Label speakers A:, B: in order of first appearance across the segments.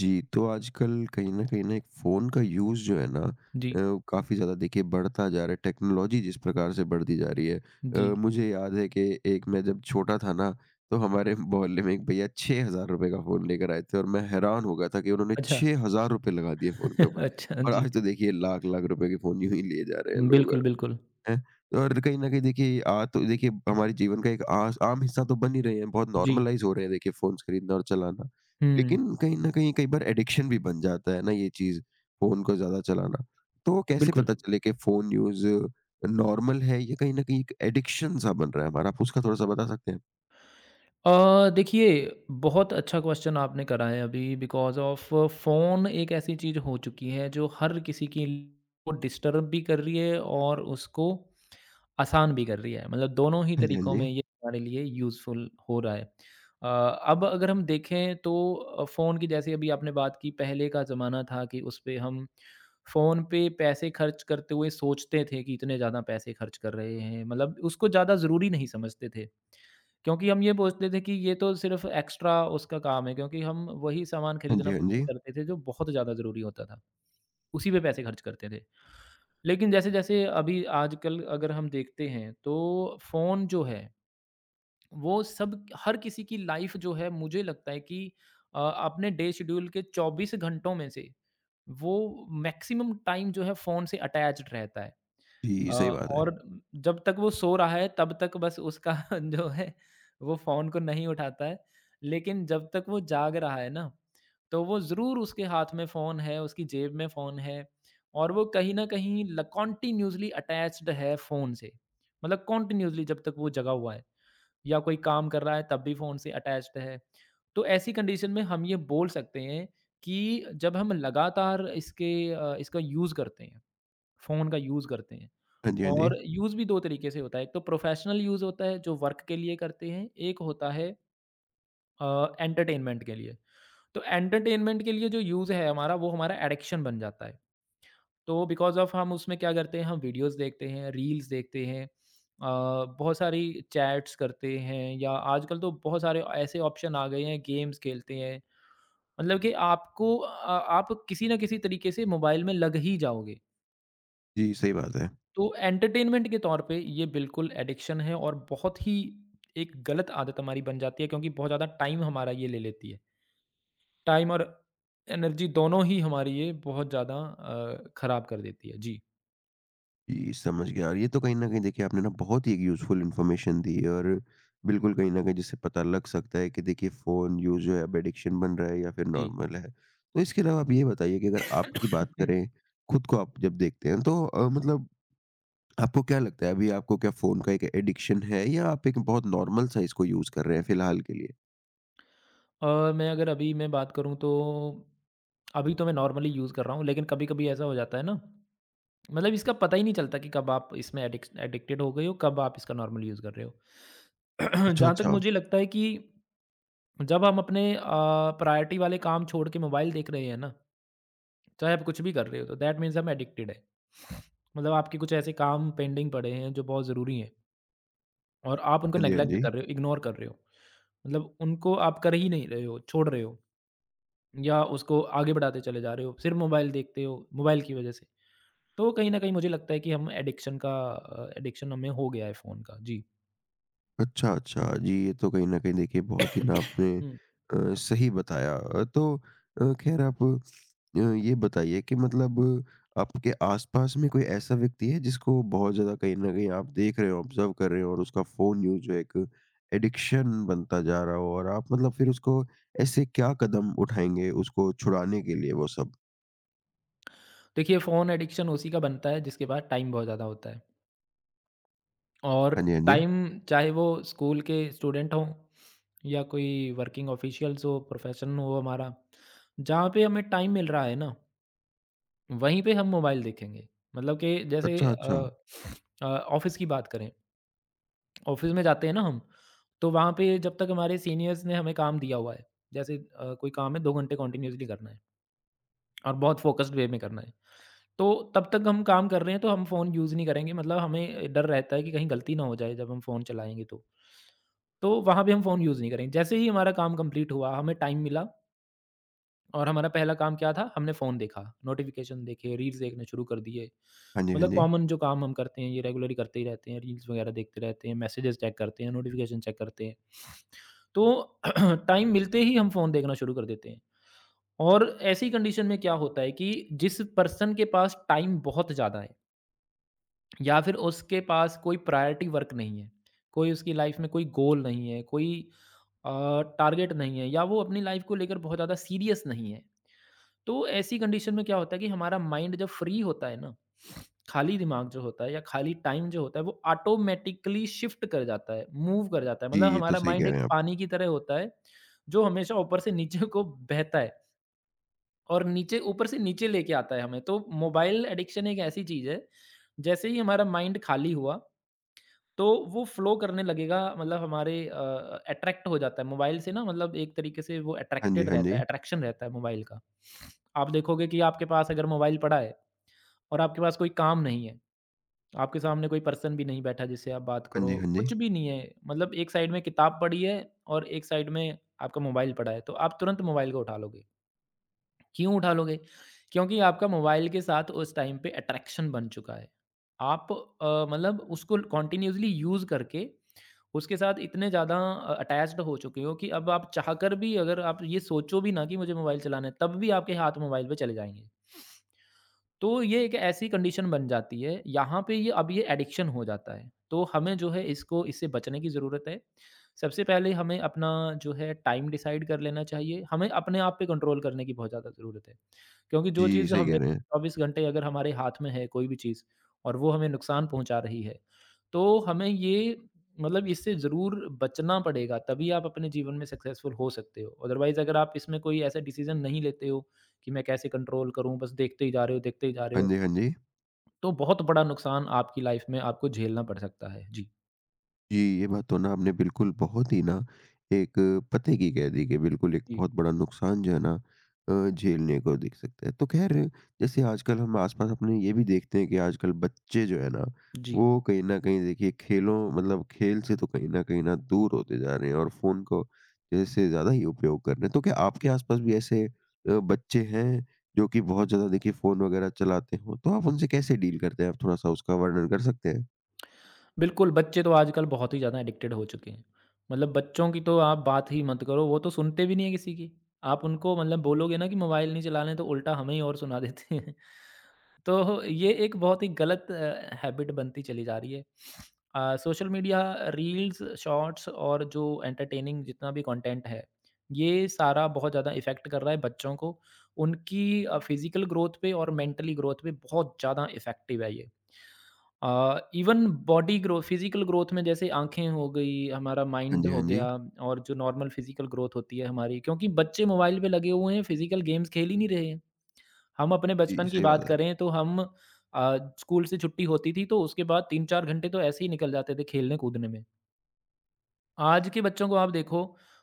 A: जी, तो आजकल कहीं न कहीं ना एक फ़ोन का यूज़ जो है ना
B: जी,
A: काफ़ी ज़्यादा देखिए बढ़ता जा रहा है, टेक्नोलॉजी जिस प्रकार से बढ़ती जा रही है। अ,
B: जी।
A: मुझे याद है कि एक मैं जब छोटा था ना, तो हमारे मोहल्ले में एक भैया ₹6000 का फ़ोन लेकर आए थे और मैं हैरान हो गया था कि उन्होंने
B: अच्छा,
A: ₹6000 लगा दिए फ़ोन के ऊपर।
B: अच्छा
A: और
B: जी।
A: आज तो देखिए लाख-लाख रुपए के फ़ोन यूँ ही लिए जा रहे हैं लोग।
B: बिल्कुल, बिल्कुल।
A: हैं। और कहीं न कहीं देखिए आ तो देखिए हमारे जीवन का एक आस आम हिस्सा तो बन ही रहे हैं, बहुत
B: जी।
A: नॉर्मलाइज़ हो रहे हैं देखिए फ़ोन्स खरीदना और चलाना।
B: हुँ,
A: लेकिन कहीं न कहीं कई बार एडिक्शन भी बन जाता है ना ये चीज़, फ़ोन को ज़्यादा चलाना। तो कैसे
B: बिल्कुल।
A: पता चले कि फ़ोन यूज़ नॉर्मल है या कहीं न कहीं एक एडिक्शन सा बन रहा है हमारा? आप उसका थोड़ा-सा बता सकते हैं?
B: देखिए, बहुत अच्छा क्वेश्चन आपने करा है अभी। बिकॉज़ ऑफ़ फ़ोन एक ऐसी चीज़ हो चुकी है जो हर किसी की को डिस्टर्ब भी कर रही है और उसको आसान भी कर रही है। मतलब दोनों ही
A: हाँ जी, हाँ
B: तरीकों
A: जी।
B: में ये हमारे लिए यूज़फुल हो रहा है। अब अगर हम देखें तो फ़ोन की, जैसे अभी आपने बात की, पहले का ज़माना था कि उस पे हम फ़ोन पे पैसे खर्च करते हुए सोचते थे कि इतने ज़्यादा पैसे खर्च कर रहे हैं। मतलब उसको ज़्यादा ज़रूरी नहीं समझते थे। क्योंकि हम ये सोचते थे कि ये तो सिर्फ़ एक्स्ट्रा उसका काम है, क्योंकि हम वही सामान
A: हाँ
B: खरीदना
A: जी, हाँ
B: पसंद
A: जी।
B: करते थे जो बहुत ज़्यादा ज़रूरी होता था। उसी पे पैसे खर्च करते थे। लेकिन जैसे-जैसे अभी आजकल अगर हम देखते हैं, तो फ़ोन जो है, वो सब हर किसी की लाइफ़ जो है, मुझे लगता है कि अपने डे शेड्यूल के 24 घंटों में से, वो मैक्सिमम टाइम जो है फ़ोन से अटैच्ड रहता है।
A: जी, सही बात है।
B: और जब तक वो सो रहा है तब तक बस उसका जो है, वो फ़ोन को नहीं उठाता है। लेकिन जब तक वो जाग रहा है ना, तो वो ज़रूर, उसके हाथ में फ़ोन है, उसकी जेब में फ़ोन है और वो कहीं न कहीं ल कॉन्टिन्यूअसली अटैच्ड है फ़ोन से। मतलब कॉन्टिन्यूअसली जब तक वो जगा हुआ है या कोई काम कर रहा है, तब भी फ़ोन से अटैच्ड है। तो ऐसी कंडीशन में हम ये बोल सकते हैं कि जब हम लगातार इसका यूज़ करते हैं, फ़ोन का यूज़ करते हैं।
A: हाँ जी, हाँ जी।
B: और यूज़ भी 2 तरीके से होता है, एक तो प्रोफ़ेशनल यूज़ होता है जो वर्क के लिए करते हैं, एक होता है एंटरटेनमेंट के लिए। तो एंटरटेनमेंट के लिए जो यूज़ है हमारा, वो हमारा एडिक्शन बन जाता है। तो बिकॉज़ ऑफ़ हम उसमें क्या करते हैं, हम वीडियोज़ देखते हैं, रील्स देखते हैं, बहुत सारी चैट्स करते हैं, या आजकल तो बहुत सारे ऐसे ऑप्शन आ गए हैं, गेम्स खेलते हैं। मतलब कि आप किसी न किसी तरीके से मोबाइल में लग ही जाओगे।
A: जी, सही बात है।
B: तो एंटरटेनमेंट के तौर पे ये बिल्कुल एडिक्शन है और बहुत ही एक गलत आदत हमारी बन जाती है, क्योंकि बहुत ज़्यादा टाइम हमारा ये ले लेती है। टाइम और एनर्जी दोनों ही हमारी ये बहुत ज़्यादा खराब कर देती है। जी,
A: जी, समझ गया। और ये तो कहीं न कहीं देखिए आपने ना बहुत ही एक यूज़फुल इन्फॉर्मेशन दी है और बिल्कुल कहीं न कहीं जिससे पता लग सकता है कि देखिए फ़ोन यूज़ जो है अब एडिक्शन बन रहा है या फिर
B: जी।
A: नॉर्मल है। तो इसके अलावा आप ये बताइए कि अगर आपकी बात
B: हुँ,
A: करें, खुद को आप जब देखते हैं तो मतलब आपको क्या लगता है अभी आपको क्या फ़ोन का एक एडिक्शन है या आप एक बहुत नॉर्मल सा इसको यूज़ कर रहे हैं फिलहाल के लिए?
B: और मैं अगर अभी मैं बात करूँ तो अभी तो मैं नॉर्मली यूज़ कर रहा हूँ, लेकिन कभी-कभी ऐसा हो जाता है ना, मतलब इसका पता ही नहीं चलता कि कब आप इसमें एडिक्स एडिक्टेड हो गए हो, कब आप इसका नॉर्मल यूज़ कर रहे हो।
A: अच्छा,
B: जहाँ तक
A: अच्छा।
B: मुझे लगता है कि जब हम अपने प्रायोरिटी वाले काम छोड़ के मोबाइल देख रहे हैं ना, चाहे आप कुछ भी कर रहे हो, तो दैट मीन्स हम एडिक्टेड है। मतलब आपके कुछ ऐसे काम पेंडिंग पड़े हैं जो बहुत ज़रूरी हैं, और आप उनको
A: हाँ जी, हाँ
B: नेग्लेक्ट
A: जी।
B: कर रहे हो, इग्नोर कर रहे हो, मतलब उनको आप कर ही नहीं रहे हो, छोड़ रहे हो, या उसको आगे बढ़ाते चले जा रहे हो, सिर्फ मोबाइल देखते हो, मोबाइल की वजह से। तो कहीं ना कहीं मुझे लगता है कि हम एडिक्शन का एडिक्शन हमें हो गया है फ़ोन का, जी।
A: अच्छा, अच्छा। जी, ये तो कहीं न कहीं देखिए बहुत ही ना आपने
B: हम्म।
A: सही बताया। ख़ैर आप ये बताइए कि मतलब आपके आस-पास में कोई ऐसा व्यक्ति है जिसको बहुत ज़्यादा कहीं न कहीं आप देख रहे हो, ऑब्ज़र्व कर रहे हो और उसका फ़ोन यूज़ जो है एक एडिक्शन बनता जा रहा हो और आप मतलब फिर उसको ऐसे क्या कदम उठाएँगे उसको छुड़ाने के लिए वो सब?
B: देखिए, फ़ोन एडिक्शन उसी का बनता है जिसके पास टाइम बहुत ज़्यादा होता है। और
A: हाँ जी, हाँ जी।
B: टाइम, चाहे वो स्कूल के स्टूडेंट हों या कोई वर्किंग ऑफिशियल्स हो, प्रोफेशन हो हमारा, जहाँ पे हमें टाइम मिल रहा है ना, वहीं पे हम मोबाइल देखेंगे। मतलब कि जैसे
A: अच्छा, अच्छा।
B: अ, अ, ऑफिस की बात करें, ऑफिस में जाते हैं ना हम, तो वहाँ पे जब तक हमारे सीनियर्स ने हमें काम दिया हुआ है, जैसे, कोई काम है दो घंटे कंटिन्यूसली करना है और बहुत फोकस्ड वे में करना है, तो तब तक हम काम कर रहे हैं, तो हम फ़ोन यूज़ नहीं करेंगे। मतलब हमें डर रहता है कि कहीं गलती ना हो जाए जब हम फ़ोन चलाएँगे तो। तो वहाँ भी हम फ़ोन यूज़ नहीं करेंगे। जैसे ही हमारा काम कंप्लीट हुआ, हमें टाइम मिला और हमारा पहला काम क्या था? हमने फ़ोन देखा, नोटिफ़िकेशन देखे, रील्स देखने शुरू कर दिए।
A: हाँ जी, हाँ
B: मतलब
A: जी।
B: कॉमन जो काम हम करते हैं, ये रेगुलरली करते ही रहते हैं, रील्स वगैरह देखते रहते हैं, मैसेजेस चेक करते हैं, नोटिफ़िकेशन चेक करते हैं। तो टाइम मिलते ही हम फ़ोन देखना शुरू कर देते हैं। और ऐसी कंडीशन में क्या होता है कि जिस पर्सन के पास टाइम बहुत ज़्यादा है, या फिर उसके पास कोई प्रायोरिटी वर्क नहीं है, कोई उसकी लाइफ में कोई गोल नहीं है, कोई अ, टारगेट नहीं है, या वो अपनी लाइफ को लेकर बहुत ज़्यादा सीरियस नहीं है। तो ऐसी कंडीशन में क्या होता है कि हमारा माइंड जब फ्री होता है ना, खाली दिमाग जो होता है या खाली टाइम जो होता है, वो ऑटोमेटिकली शिफ्ट कर जाता है, मूव कर जाता है।
A: जी,
B: मतलब
A: ये तो
B: हमारा
A: सही
B: माइंड
A: कह रहे
B: एक
A: हैं आप।
B: पानी की तरह होता है, जो हमेशा ऊपर से नीचे को बहता है और नीचे ऊपर से नीचे लेके आता है हमें। तो मोबाइल एडिक्शन एक ऐसी चीज़ है, जैसे ही हमारा माइंड खाली हुआ, तो वो फ़्लो करने लगेगा। मतलब अट्रैक्ट हो जाता है मोबाइल से ना, मतलब एक तरीके से वो
A: हाँ जी,
B: अट्रैक्टेड
A: हाँ
B: रहता
A: जी।
B: है, अट्रैक्शन रहता है मोबाइल का। आप देखोगे कि आपके पास अगर मोबाइल पड़ा है और आपके पास कोई काम नहीं है, आपके सामने कोई पर्सन भी नहीं बैठा जिससे आप बात
A: हाँ
B: करो,
A: जी, हाँ जी।
B: कुछ भी नहीं है, मतलब एक साइड में किताब पड़ी है और एक साइड में आपका मोबाइल पड़ा है, तो आप तुरंत मोबाइल को उठा लोगे। क्यों उठा लोगे? क्योंकि आपका मोबाइल के साथ उस टाइम पे अट्रैक्शन बन चुका है। मतलब उसको कॉन्टिन्यूअसली यूज़ करके उसके साथ इतने ज़्यादा अटैच्ड हो चुके हो कि अब आप चाहकर भी, अगर आप ये सोचो भी ना कि मुझे मोबाइल चलाना है, तब भी आपके हाथ मोबाइल पे चले जाएँगे। तो ये एक ऐसी कंडीशन बन जाती है, यहाँ पे ये, अब ये एडिक्शन हो जाता है। तो हमें जो है इसको इससे बचने की ज़रूरत है। सबसे पहले हमें अपना जो है टाइम डिसाइड कर लेना चाहिए। हमें अपने आप पे कंट्रोल करने की बहुत ज़्यादा ज़रूरत है। क्योंकि जो
A: जी,
B: चीज़
A: सही
B: हमें
A: कह रहे हैं।
B: 24 घंटे अगर हमारे हाथ में है, कोई भी चीज़ और वो हमें नुकसान पहुँचा रही है, तो हमें ये, मतलब इससे ज़रूर बचना पड़ेगा, तभी आप अपने जीवन में सक्सेसफुल हो सकते हो। अदरवाइज़ अगर आप इसमें कोई ऐसा डिसीज़न नहीं लेते हो कि मैं कैसे कंट्रोल करूँ, बस देखते ही जा रहे हो, देखते ही जा रहे
A: हाँ
B: हो।
A: जी, हाँ जी।
B: तो बहुत बड़ा नुकसान आपकी लाइफ़ में आपको झेलना पड़ सकता है। जी।
A: जी, ये बात तो ना आपने बिल्कुल बहुत ही ना एक पते की कह दी कि बिल्कुल एक
B: जी,
A: बहुत बड़ा नुकसान जो है ना झेलने को दिख सकता है। तो ख़ैर जैसे आजकल हम आस-पास अपने ये भी देखते हैं कि आजकल बच्चे जो है ना,
B: जी।
A: वो कहीं न कहीं देखिए खेलों मतलब खेल से तो कहीं न कहीं ना दूर होते जा रहे हैं और फ़ोन को जैसे ज़्यादा ही उपयोग कर रहे हैं। तो क्या आपके आस-पास भी ऐसे बच्चे हैं जो कि बहुत ज़्यादा देखिए फ़ोन वग़ैरह चलाते हों? तो आप उनसे कैसे डील करते हैं? आप थोड़ा-सा उसका वर्णन कर सकते हैं?
B: बिल्कुल, बच्चे तो आजकल बहुत ही ज़्यादा एडिक्टेड हो चुके हैं। मतलब बच्चों की तो आप बात ही मत करो, वो तो सुनते भी नहीं हैं किसी की। आप उनको, मतलब बोलोगे ना कि मोबाइल नहीं चलाने, तो उल्टा हमें ही और सुना देते हैं। तो ये एक बहुत ही गलत हैबिट बनती चली जा रही है। सोशल मीडिया, रील्स, शॉर्ट्स और जो एंटरटेनिंग जितना भी कंटेंट है, ये सारा बहुत ज़्यादा इफ़ेक्ट कर रहा है बच्चों को। उनकी फिज़िकल ग्रोथ पे और मेंटली ग्रोथ पे बहुत ज़्यादा इफ़ेक्टिव है ये। Even body grow physical growth में जैसे आँखें हो गई, हमारा
A: हाँ
B: माइंड
A: जी, हाँ
B: हो गया,
A: जी।
B: और जो नॉर्मल फिज़िकल ग्रोथ होती है हमारी, क्योंकि बच्चे मोबाइल पे लगे हुए हैं, फिज़िकल गेम्स खेल ही नहीं रहे हैं। हम अपने
A: जी,
B: बचपन की
A: सही
B: बात
A: बात है।
B: करें तो हम स्कूल से छुट्टी होती थी, तो उसके बाद 3-4 घंटे तो ऐसे ही निकल जाते थे खेलने-कूदने में। आज के बच्चों को आप देखो,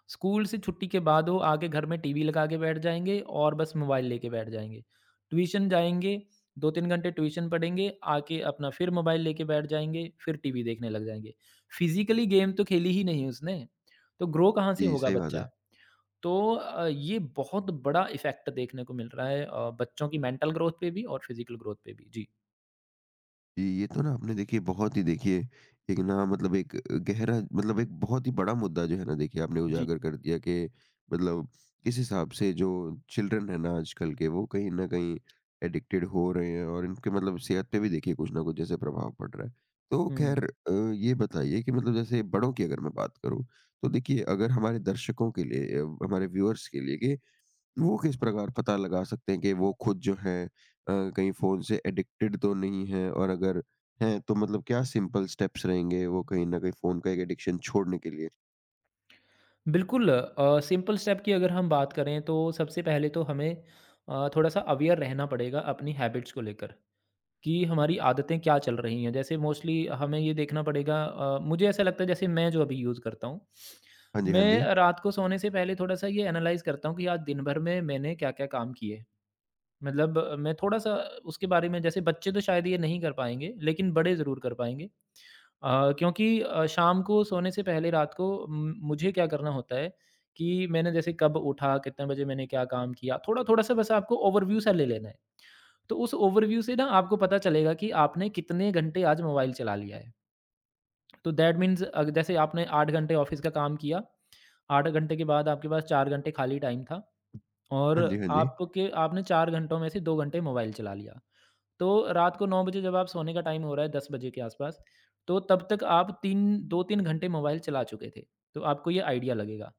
B: स्कूल से छुट्टी के बाद वो आके घर में टीवी लगा के बैठ जाएँगे और बस मोबाइल लेके बैठ जाएँगे। ट्यूशन जाएँगे, 2-3 घंटे ट्यूशन पढ़ेंगे, आके अपना फिर मोबाइल लेके बैठ जाएँगे, फिर टीवी देखने लग जाएँगे। फिज़िकली गेम तो खेली ही नहीं उसने, तो ग्रो कहाँ से
A: जी,
B: होगा
A: सही बात
B: बच्चा?
A: है।
B: तो ये बहुत बड़ा इफ़ेक्ट देखने को मिल रहा है बच्चों की मेंटल ग्रोथ पे भी और फिज़िकल ग्रोथ पे भी। जी।
A: जी, ये तो ना आपने देखिए बहुत ही देखिए एक ना मतलब एक गहरा मतलब एक बहुत ही बड़ा मुद्दा जो है ना देखिए आपने
B: जी।
A: उजागर कर दिया कि मतलब किस हिसाब से जो चिल्ड्रन है ना आजकल के वो कहीं न कहीं एडिक्टेड हो रहे हैं और इनके मतलब सेहत पे भी देखिए कुछ न कुछ जैसे प्रभाव पड़ रहा है। तो
B: हुँ।
A: खैर ये बताइए कि मतलब जैसे बड़ों की अगर मैं बात करूँ, तो देखिए अगर हमारे दर्शकों के लिए हमारे व्यूअर्स के लिए कि वो किस प्रकार पता लगा सकते हैं कि वो खुद जो है कहीं फ़ोन से एडिक्टेड तो नहीं है? और अगर हैं, तो मतलब क्या सिंपल स्टेप्स रहेंगे वो कहीं न कहीं फ़ोन का एक एडिक्शन छोड़ने के लिए?
B: बिल्कुल सिंपल स्टेप की अगर हम बात करें तो सबसे पहले तो हमें थोड़ा सा अवेयर रहना पड़ेगा अपनी हैबिट्स को लेकर कि हमारी आदतें क्या चल रही हैं। जैसे मोस्टली हमें ये देखना पड़ेगा मुझे ऐसा लगता है जैसे मैं जो अभी यूज़ करता हूँ,
A: हाँ जी, हाँ जी।
B: मैं रात को सोने से पहले थोड़ा सा ये एनालाइज करता हूँ कि आज दिन भर में मैंने क्या क्या काम किए। मतलब मैं थोड़ा सा उसके बारे में, जैसे बच्चे तो शायद ये नहीं कर पाएंगे लेकिन बड़े ज़रूर कर पाएंगे क्योंकि शाम को सोने से पहले रात को म मुझे क्या करना होता है कि मैंने जैसे कब उठा, कितने बजे मैंने क्या काम किया, थोड़ा-थोड़ा सा बस आपको ओवरव्यू सा ले लेना है। तो उस ओवरव्यू से ना आपको पता चलेगा कि आपने कितने घंटे आज मोबाइल चला लिया है। तो दैट मीन्स जैसे आपने 8 घंटे ऑफ़िस का काम किया, 8 घंटे के बाद आपके पास 4 घंटे खाली टाइम था और
A: हाँ जी, हाँ जी।
B: आपके आपने 4 घंटों में से 2 घंटे मोबाइल चला लिया। तो रात को 9 बजे जब आप सोने का टाइम हो रहा है 10 बजे के आसपास, तो तब तक आप 3 2-3 घंटे मोबाइल चला चुके थे, तो आपको ये आइडिया लगेगा।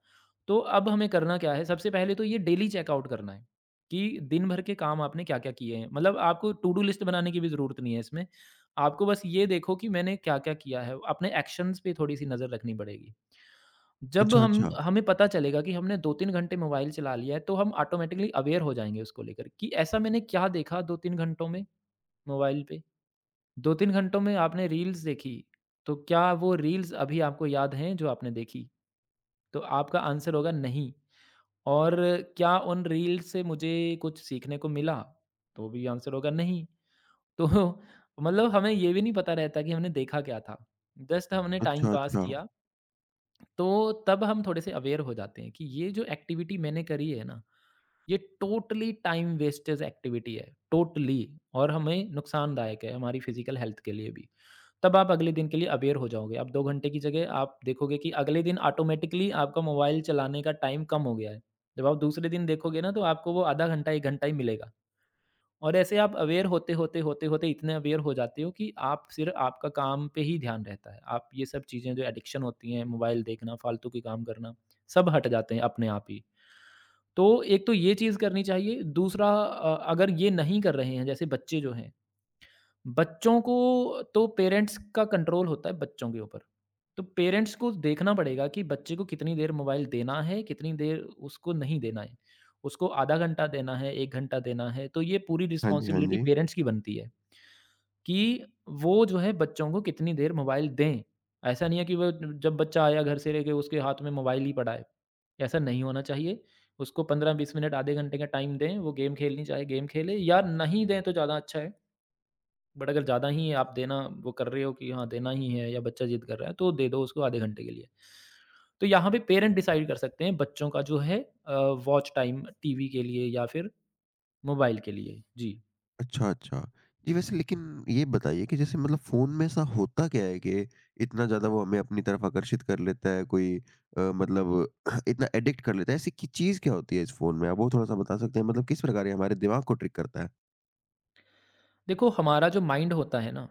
B: तो अब हमें करना क्या है, सबसे पहले तो ये डेली चेकआउट करना है कि दिन भर के काम आपने क्या-क्या किए हैं। मतलब आपको टू डू लिस्ट बनाने की भी ज़रूरत नहीं है इसमें। आपको बस ये देखो कि मैंने क्या-क्या किया है, अपने एक्शंस पे थोड़ी-सी नज़र रखनी पड़ेगी। जब
A: अच्छा,
B: हम
A: अच्छा।
B: हमें पता चलेगा कि हमने 2-3 घंटे मोबाइल चला लिया है, तो हम ऑटोमैटिकली अवेयर हो जाएँगे उसको लेकर कि ऐसा मैंने क्या देखा 2-3 घंटों में मोबाइल पे। 2-3 घंटों में आपने रील्स देखी, तो क्या वो रील्स अभी आपको याद हैं जो आपने देखी? तो आपका आंसर होगा नहीं। और क्या उन रील्स से मुझे कुछ सीखने को मिला? तो भी आंसर होगा नहीं। तो मतलब हमें ये भी नहीं पता रहता कि हमने देखा क्या था। जस्ट हमने हुँ। टाइम
A: अच्छा,
B: पास
A: अच्छा।
B: किया, तो तब हम थोड़े से अवेयर हो जाते हैं कि ये जो एक्टिविटी मैंने करी है ना, ये टोटली टाइम वेस्टेज एक्टिविटी है, टोटली, और हमें नुकसानदायक है हमारी फिज़िकल हेल्थ के लिए भी। तब आप अगले दिन के लिए अवेयर हो जाओगे। आप 2 घंटे की जगह आप देखोगे कि अगले दिन ऑटोमैटिकली आपका मोबाइल चलाने का टाइम कम हो गया है। जब आप दूसरे दिन देखोगे ना तो आपको वो आधा घंटा, 1 घंटा ही मिलेगा और ऐसे आप अवेयर होते, होते, होते, होते इतने अवेयर हो जाते हो कि आप सिर्फ़ आपका काम पे ही ध्यान रहता है। आप ये सब चीज़ें जो एडिक्शन होती हैं, मोबाइल देखना, फालतू के काम करना, सब हट जाते हैं अपने आप ही। तो एक तो ये चीज़ करनी चाहिए। दूसरा अगर ये नहीं कर रहे हैं, जैसे बच्चे जो हैं, बच्चों को तो पेरेंट्स का कंट्रोल होता है बच्चों के ऊपर। तो पेरेंट्स को देखना पड़ेगा कि बच्चे को कितनी देर मोबाइल देना है, कितनी देर उसको नहीं देना है। उसको आधा घंटा देना है, 1 घंटा देना है, तो ये पूरी
A: हाँ जी, हाँ
B: रिस्पॉन्सिबिलिटी
A: जी।
B: पेरेंट्स की बनती है कि वो जो है बच्चों को कितनी देर मोबाइल दें। ऐसा नहीं है कि वो, जब बच्चा आया घर से लेके उसके हाथ में मोबाइल ही पड़ा है। ऐसा नहीं होना चाहिए। उसको 15-20 मिनट आधे घंटे का टाइम दें, वो गेम खेलनी चाहे गेम खेले या नहीं दें तो ज़्यादा अच्छा है। बट अगर ज़्यादा ही आप देना वो कर रहे हो कि हाँ देना ही है या बच्चा ज़िद कर रहा है तो दे दो उसको आधे घंटे के लिए। तो यहाँ पे पेरेंट डिसाइड कर सकते हैं बच्चों का जो है अ, वॉच टाइम टीवी के लिए या फिर मोबाइल के लिए। जी।
A: अच्छा, अच्छा। जी, वैसे लेकिन ये बताइए कि जैसे मतलब फ़ोन में ऐसा होता क्या है कि इतना ज़्यादा वो हमें अपनी तरफ आकर्षित कर लेता है, कोई मतलब इतना एडिक्ट कर लेता है, ऐसी की चीज़ क्या होती है इस फ़ोन में? आप वो थोड़ा-सा बता सकते हैं? मतलब किस प्रकार ये हमारे दिमाग को ट्रिक करता है?
B: देखो, हमारा जो माइंड होता है ना,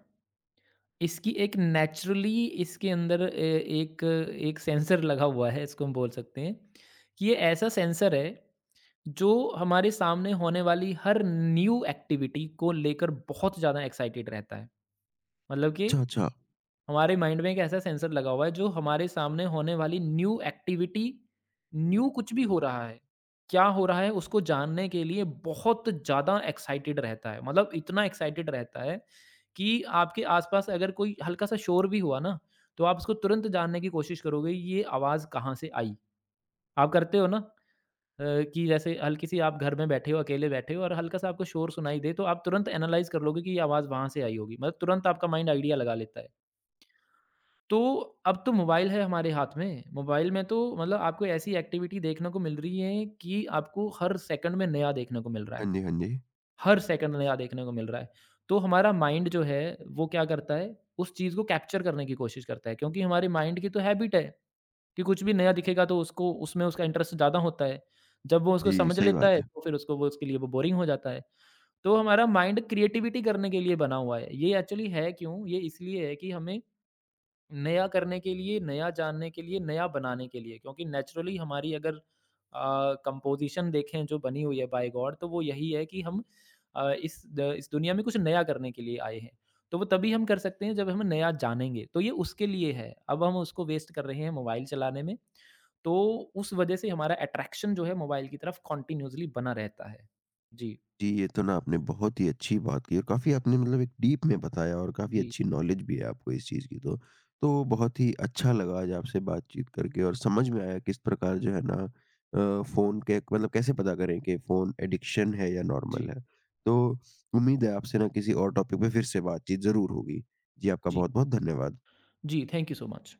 B: इसकी एक नेचुरली इसके अंदर एक एक सेंसर लगा हुआ है, इसको हम बोल सकते हैं, कि ये ऐसा सेंसर है जो हमारे सामने होने वाली हर न्यू एक्टिविटी को लेकर बहुत ज़्यादा एक्साइटेड रहता है। मतलब कि
A: अच्छा, अच्छा।
B: हमारे माइंड में एक ऐसा सेंसर लगा हुआ है जो हमारे सामने होने वाली न्यू एक्टिविटी, न्यू कुछ भी हो रहा है, क्या हो रहा है उसको जानने के लिए बहुत ज़्यादा एक्साइटेड रहता है। मतलब इतना एक्साइटेड रहता है कि आपके आसपास अगर कोई हल्का सा शोर भी हुआ ना, तो आप उसको तुरंत जानने की कोशिश करोगे ये आवाज़ कहाँ से आई। आप करते हो ना अ, कि जैसे हल्की सी आप घर में बैठे हो, अकेले बैठे हो और हल्का सा आपको शोर सुनाई दे तो आप तुरंत एनालाइज़ कर लोगे कि ये आवाज़ वहाँ से आई होगी। मतलब तुरंत आपका माइंड आइडिया लगा लेता है। तो अब तो मोबाइल है हमारे हाथ में, मोबाइल में तो मतलब आपको ऐसी एक्टिविटी देखने को मिल रही है कि आपको हर सेकंड में नया देखने को मिल रहा है,
A: हाँ जी, हाँ जी।
B: हर सेकंड नया देखने को मिल रहा है। तो हमारा माइंड जो है, वो क्या करता है, उस चीज़ को कैप्चर करने की कोशिश करता है क्योंकि हमारे माइंड की तो हैबिट है कि कुछ भी नया दिखेगा तो उसको उसमें उसका इंटरेस्ट ज़्यादा होता है। जब वो उसको
A: जी,
B: समझ
A: सही
B: लेता
A: बात
B: है
A: है।
B: तो फिर उसको वो उसके लिए वो बोरिंग हो जाता है। तो हमारा माइंड क्रिएटिविटी करने के लिए बना हुआ है। ये एक्चुअली है क्यों? ये इसलिए है कि हमें नया करने के लिए, नया जानने के लिए, नया बनाने के लिए, क्योंकि नेचुरली हमारी अगर कंपोज़िशन देखें जो बनी हुई है बाय गॉड तो वो यही है कि हम इस दुनिया में कुछ नया करने के लिए आए हैं। तो वो तभी हम कर सकते हैं जब हम नया जानेंगे, तो ये उसके लिए है। अब हम उसको वेस्ट कर रहे हैं मोबाइल चलाने में, तो उस वजह से हमारा अट्रैक्शन जो है मोबाइल की तरफ कंटीन्यूअसली बना रहता है। जी।
A: जी, ये तो ना आपने बहुत ही अच्छी बात की और काफ़ी आपने मतलब एक डीप में बताया और काफ़ी
B: जी।
A: अच्छी नॉलेज भी है आपको इस चीज़ की तो। तो बहुत ही अच्छा लगा आज आपसे बातचीत करके और समझ में आया किस प्रकार जो है ना फ़ोन के मतलब कैसे पता करें कि फ़ोन एडिक्शन है या
B: जी।
A: नॉर्मल है। तो उम्मीद है आपसे ना किसी और टॉपिक पे फिर से बातचीत ज़रूर होगी। जी, आपका
B: जी।
A: बहुत-बहुत धन्यवाद।
B: जी, थैंक यू सो मच।